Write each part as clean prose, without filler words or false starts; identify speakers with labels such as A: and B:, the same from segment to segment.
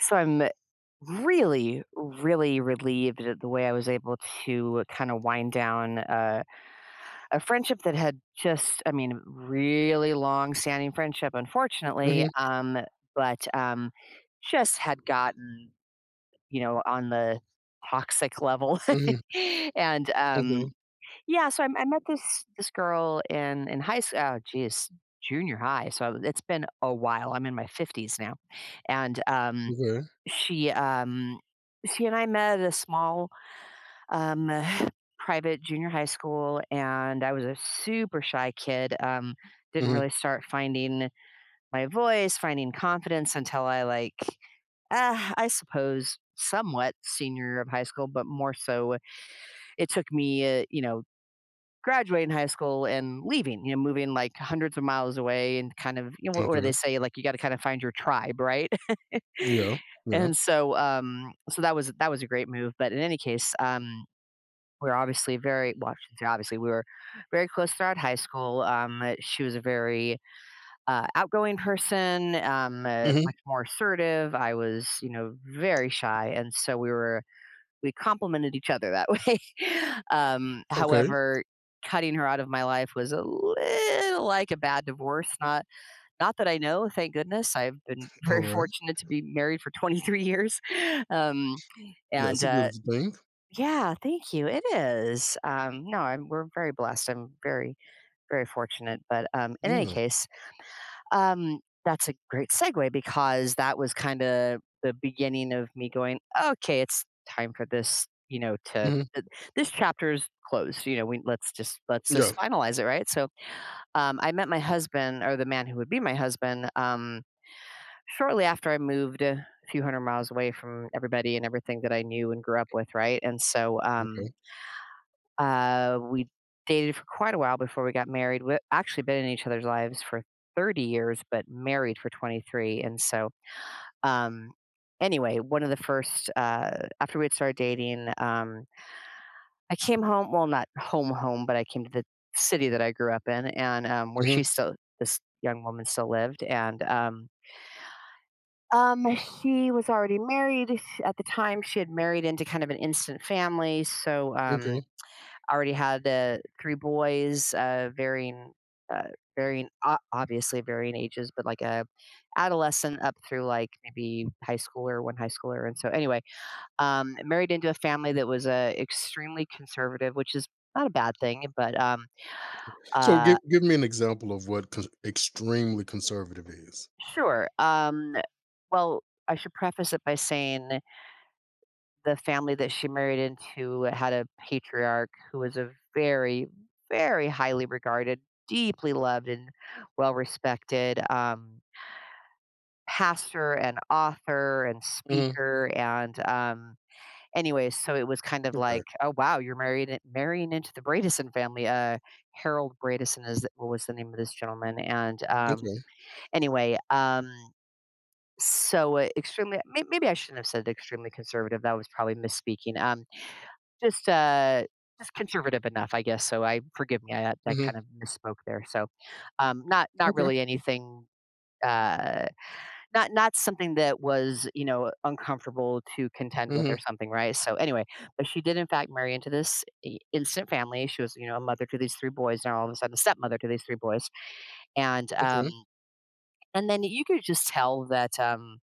A: So I'm really, really relieved at the way I was able to kind of wind down a friendship that had just, I mean, really long standing friendship, unfortunately,
B: Mhm,
A: but just had gotten on the toxic level.
B: mhm,
A: and
B: okay,
A: yeah, so I met this girl in high school. Oh, geez, junior high. So it's been a while. I'm in my 50s now, and
B: okay,
A: she, um she and I met at a small, um, private junior high school, and I was a super shy kid, didn't
B: mhm,
A: really start finding my voice, finding confidence until I suppose somewhat senior year of high school, but more so it took me, graduating high school and leaving, you know, moving, like, hundreds of miles away and kind of you know, what do they
B: okay,
A: say? Like, you gotta kinda find your tribe, right?
B: yeah, yeah,
A: And so, so that was a great move. But in any case, we were obviously very well. I shouldn't say obviously, we were very close throughout high school. She was a very outgoing person,
B: mhm,
A: much more assertive. I was, you know, very shy, and so we were we complimented each other that way. um,
B: okay,
A: however, cutting her out of my life was a little like a bad divorce, not not that I know, thank goodness. I've been very
B: alright,
A: fortunate to be married for 23 years. Um, and
B: that's a beautiful thing,
A: Yeah, thank you. It is. No, we're very blessed. I'm very, very fortunate. But In any
B: yeah,
A: case, that's a great segue because that was kind of the beginning of me going, okay, it's time for this, you know, to
B: mhm,
A: th- this chapter is closed. You know, we let's just
B: yeah,
A: finalize it, right? So I met my husband or the man who would be my husband. Shortly after I moved a few hundred miles away from everybody and everything that I knew and grew up with, right? And so
B: okay,
A: We dated for quite a while before we got married. We actually been in each other's lives for 30 years, but married for 23. And so, um, anyway, one of the first, after we had started dating, I came home, well, not home, home, but I came to the city that I grew up in and where she
B: mhm,
A: still, this young woman still lived. And Um, she was already married. Sh At the time, she had married into kind of an instant family, so,
B: okay,
A: already had, 3 boys, varying, uh, varying o obviously varying ages, but, like, a adolescent up through, like, maybe high schooler, 1 high schooler, and so anyway, married into a family that was, extremely conservative, which is not a bad thing, but,
B: so
A: uh
B: give me an example of what cons extremely conservative is.
A: sure, well, I should preface it by saying the family that she married into had a patriarch who was a very, very highly regarded, deeply loved, and well respected pastor and author and
B: Mhm,
A: speaker. And Anyways, so it was kind of
B: okay,
A: like, oh wow, you're married marrying into the Bradison family. Harold Bradison is what was the name of this gentleman. And
B: okay,
A: Anyway. Extremely maybe I shouldn't have said extremely conservative. That was probably misspeaking. Just, uh, just conservative enough, I guess, so I forgive me, I
B: mhm,
A: kind of misspoke there, so, not not
B: okay,
A: really anything, uh, not not something that was, you know, uncomfortable to contend with
B: mhm,
A: or something, right? So, anyway, but she did in fact marry into this I instant family. She was, you know, a mother to these 3 boys, and all of a sudden a stepmother to these 3 boys, and, um,
B: okay,
A: and then you could just tell that,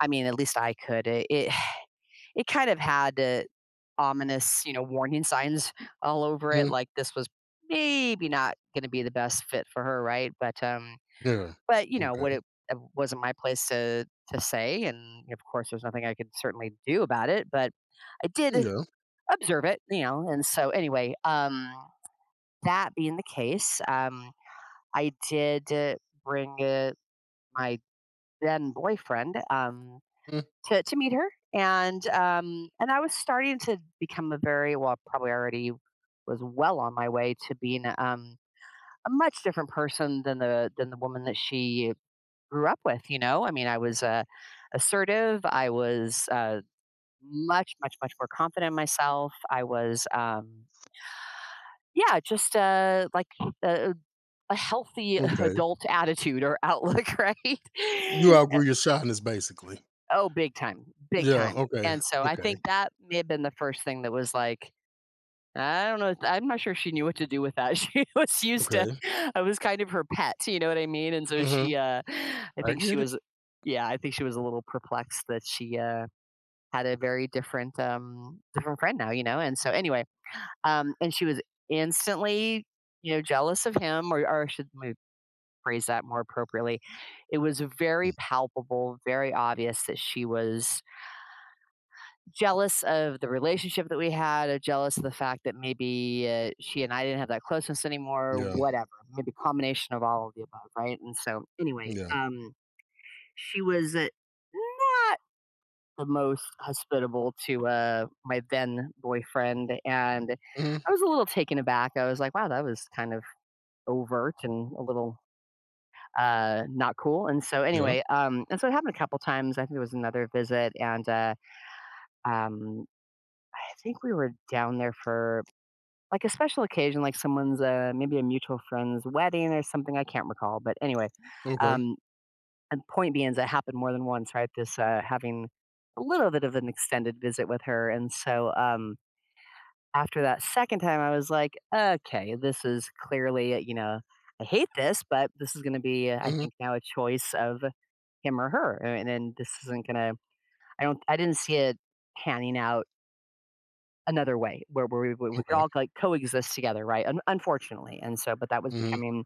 A: I mean, at least I could, it it kind of had, ominous, you know, warning signs all over it,
B: mhm,
A: like this was maybe not going to be the best fit for her, right? But um,
B: yeah,
A: but you know,
B: okay,
A: what it wasn't my place to say, and of course, there's nothing I could certainly do about it. But I did
B: yeah,
A: observe it, you know, and so anyway, that being the case, I did bring my then boyfriend.
B: mm,
A: To meet her, and I was starting to become a very well, probably already was well on my way to being a much different person than the woman that she grew up with. You know, I mean, I was assertive. I was much, much, much more confident in myself. I was, yeah, just like a, a healthy
B: okay,
A: adult attitude or outlook, right?
B: you outgrew your shyness basically.
A: Oh, big time, big
B: Yeah,
A: time.
B: okay,
A: And so I
B: okay,
A: think that may have been the first thing that was like, I don't know. I'm not sure she knew what to do with that. She was used to,
B: okay,
A: I was kind of her pet. You know what I mean? And so
B: mhm,
A: she, I
B: I
A: think she
B: get it,
A: was, yeah, I think she was a little perplexed that she had a very different, different friend now. You know. And so anyway, and she was instantly, you know, jealous of him, or I should maybe phrase that more appropriately. It was
B: mm,
A: very palpable, very obvious that she was jealous of the relationship that we had, or jealous of the fact that maybe she and I didn't have that closeness anymore,
B: yeah,
A: whatever, maybe combination of all of the above, right? And so, anyway,
B: yeah,
A: she was not the most hospitable to my then boyfriend, and
B: mhm,
A: I was a little taken aback. I was like, wow, that was kind of overt and a little not cool. And so
B: yeah,
A: anyway, and so it happened a couple times. I think it was another visit, and um I think we were down there for like a special occasion, like someone's, maybe a mutual friend's wedding or something, I can't recall, but anyway,
B: okay.
A: um, and point being is it happened more than once, right? This, having a little bit of an extended visit with her, and so, after that second time, I was like, "Okay, this is clearly, you know, I hate this, but this is gonna be, I
B: Mhm,
A: think now a choice of him or her, and this isn't gonna I didn't see it panning out another way where, we could
B: okay,
A: all like coexist together, right? Unfortunately. And so, but that was
B: mhm,
A: becoming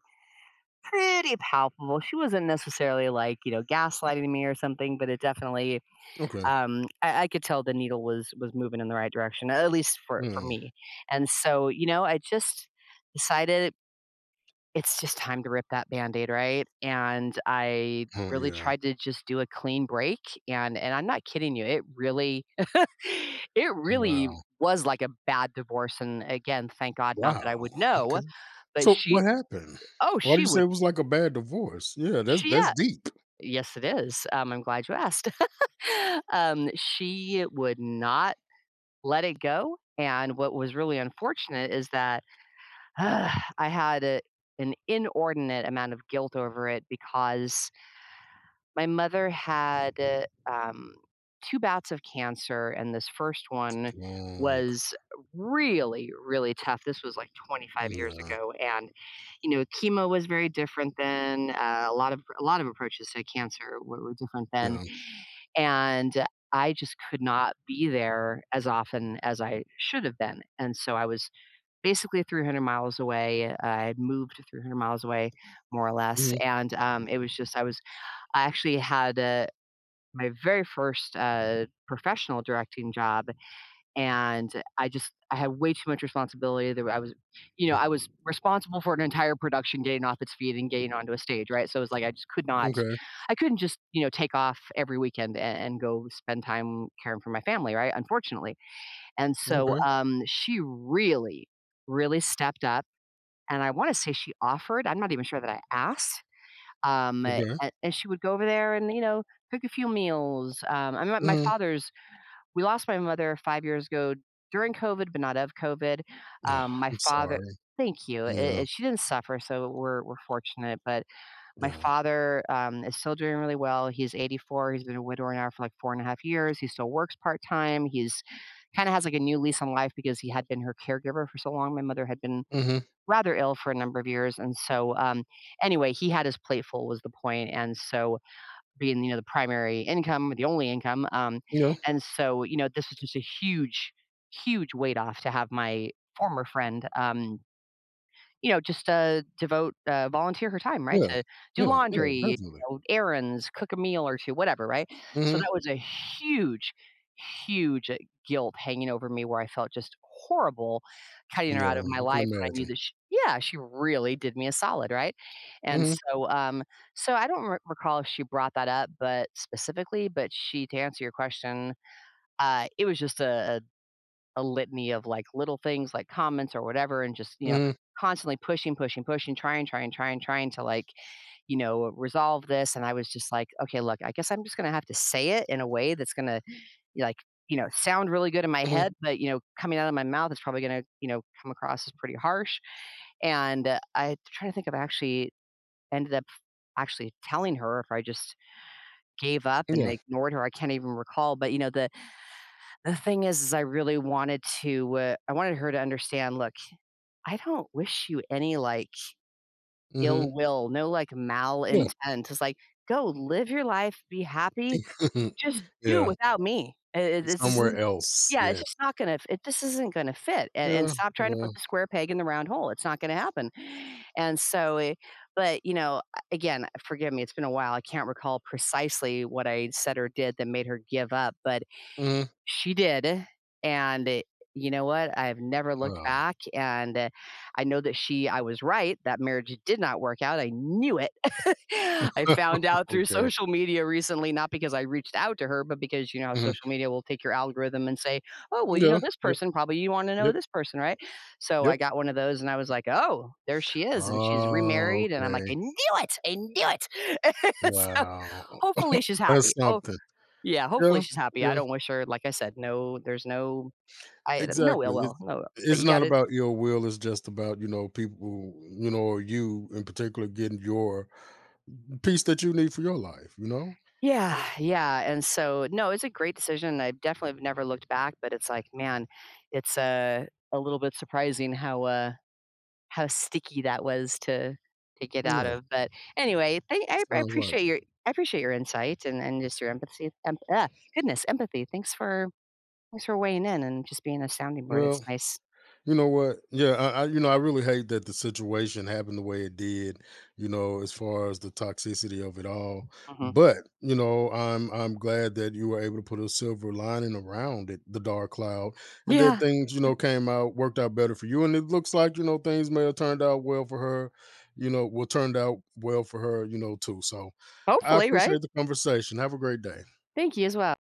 A: pretty palpable. She wasn't necessarily like, you know, gaslighting me or something, but it definitely,
B: okay.
A: I could tell the needle was moving in the right direction, at least for
B: Mm,
A: me. And so, you know, I just decided it's just time to rip that band-aid, right? And I
B: oh,
A: really
B: yeah,
A: tried to just do a clean break. And I'm not kidding you, it really
B: wow,
A: was like a bad divorce, and again, thank God, not that I
B: wow,
A: would know,
B: okay.
A: but
B: So,
A: she
B: what happened?
A: oh,
B: Why do you say it was like a bad divorce? Yeah, that's
A: she
B: that's
A: yeah,
B: deep.
A: yes, it is, I'm glad you asked. She would not let it go, and what was really unfortunate is that I had a an inordinate amount of guilt over it because my mother had, 2 bouts of cancer, and this first one
B: Oh, okay.
A: was really, really tough. This was, like, 25 years
B: Yeah,
A: ago, and, you know, chemo was very different then, a lot of approaches to cancer were different then,
B: yeah,
A: and I just could not be there as often as I should have been, and so I was basically 300 miles away. I had moved 300 miles away, more or less,
B: mhm,
A: and, it was just I was I actually had a my very first professional directing job, and I had way too much responsibility. There, I was, you know,
B: mm,
A: I was responsible for an entire production getting off its feet and getting onto a stage, right? So it was like I just could not,
B: okay,
A: I couldn't just you know take off every weekend and go spend time caring for my family, right? Unfortunately, and so
B: okay,
A: she really, really stepped up, and I want to say she offered. I'm not even sure that I asked a
B: okay,
A: and she would go over there and, you know, cook a few meals. I mean, my
B: mhm.
A: father's we lost my mother 5 years ago during COVID, but not of COVID. My
B: I'm
A: father
B: sorry.
A: Thank you. It
B: Yeah,
A: it she didn't suffer, so we're fortunate, but my
B: yeah,
A: father, is still doing really well. He's 84. He's been a widower now for, like, 4 and a half years. He still works part-time. He's kinda has, like, a new lease on life because he had been her caregiver for so long. My mother had been
B: mhm,
A: rather ill for a number of years. And so, anyway, he had his plate full was the point. And so, being you know the primary income, the only income,
B: yeah,
A: and so you know this was just a huge, huge weight off to have my former friend. You know, just, devote, volunteer her time, right,
B: yeah,
A: to do
B: yeah, yeah,
A: laundry, you
B: definitely.
A: know, errands, cook a meal or 2, whatever, right? So
B: Mhm,
A: that was a huge, huge, guilt hanging over me where I felt just horrible cutting her
B: yeah,
A: out of my
B: I can
A: life when I knew
B: imagine.
A: that sh yeah, she really did me a solid, right? And
B: Mhm,
A: so, so I don't re recall if she brought that up, but specifically, but she to answer your question, it was just a a litany of, like, little things, like, comments or whatever, and just, you know,
B: mhm,
A: constantly pushing, pushing, pushing, trying, trying, trying, trying to, like, you know, resolve this, and I was just like, "Okay, look, I guess I'm just gonna have to say it in a way that's gonna, like, you know, sound really good in my
B: mhm,
A: head, but, you know, coming out of my mouth is probably gonna, you know, come across as pretty harsh," and, I'm trying to think if I actually ended up actually telling her, if I just gave up and
B: yeah,
A: ignored her, I can't even recall, but, you know, the thing is I really wanted to, I wanted her to understand, "Look, I don't wish you any, like,
B: mhm,
A: ill will, no, like,
B: yeah,
A: malintent. It's like, "Go live your life, be happy, just do
B: yeah,
A: without me." I this
B: somewhere
A: isn't
B: else,
A: yeah, it's
B: yeah,
A: just not gonna it this isn't gonna fit, and
B: yeah,
A: stop trying to
B: yeah.
A: put the square peg in the round hole, it's not gonna happen. And so, but, you know, again, forgive me, it's been a while, I can't recall precisely what I said or did that made her give up, but
B: Mhm.
A: she did, and, you know what, I've never looked
B: Wow.
A: back, and, I know that she I was right, that marriage did not work out, I knew it. I found out through
B: Okay.
A: social media recently, not because I reached out to her, but because you know how
B: Mhm.
A: social media will take your algorithm and say, "Oh, well, you know
B: Yeah.
A: this
B: Yep.
A: person, probably you wanna know
B: Yep.
A: this person, right?" So, I
B: Yep.
A: got one of those and I was like, "Oh, there she is," and she's
B: Oh,
A: remarried, and I'm like, "I
B: okay.
A: knew it, I knew it." So,
B: Wow.
A: hopefully she's
B: That's
A: happy.
B: something.
A: Yeah,
B: Yeah.
A: hopefully she's happy. I
B: Yeah.
A: don't wish her like I said, no there's no I no ill
B: Exactly. It's
A: will, no but
B: it's
A: you
B: not
A: gotta
B: about ill will. It's just about, people, or you in particular getting your piece that you need for your life,
A: yeah, yeah, and so no, it's a great decision. I definitely have never looked back, but it's like, man, it's, a little bit surprising how sticky that was to get out
B: Yeah.
A: of, but anyway, thank I
B: Sounds like.
A: appreciate your I appreciate your insight and just your empathy goodness, empathy. Thanks for weighing in and just being a sounding board. It's
B: Well,
A: nice.
B: you know what? Yeah, I I really hate that the situation happened the way it did. You know, as far as the toxicity of it all,
A: Mhm.
B: but I'm glad that you were able to put a silver lining around it, the dark cloud, and that
A: Yeah,
B: things came out worked out better for you. And it looks like things may have turned out well for her. You know, will turned out well for her. You know too. So I
A: hopefully, right?
B: appreciate the conversation. Have a great day.
A: Thank you as well.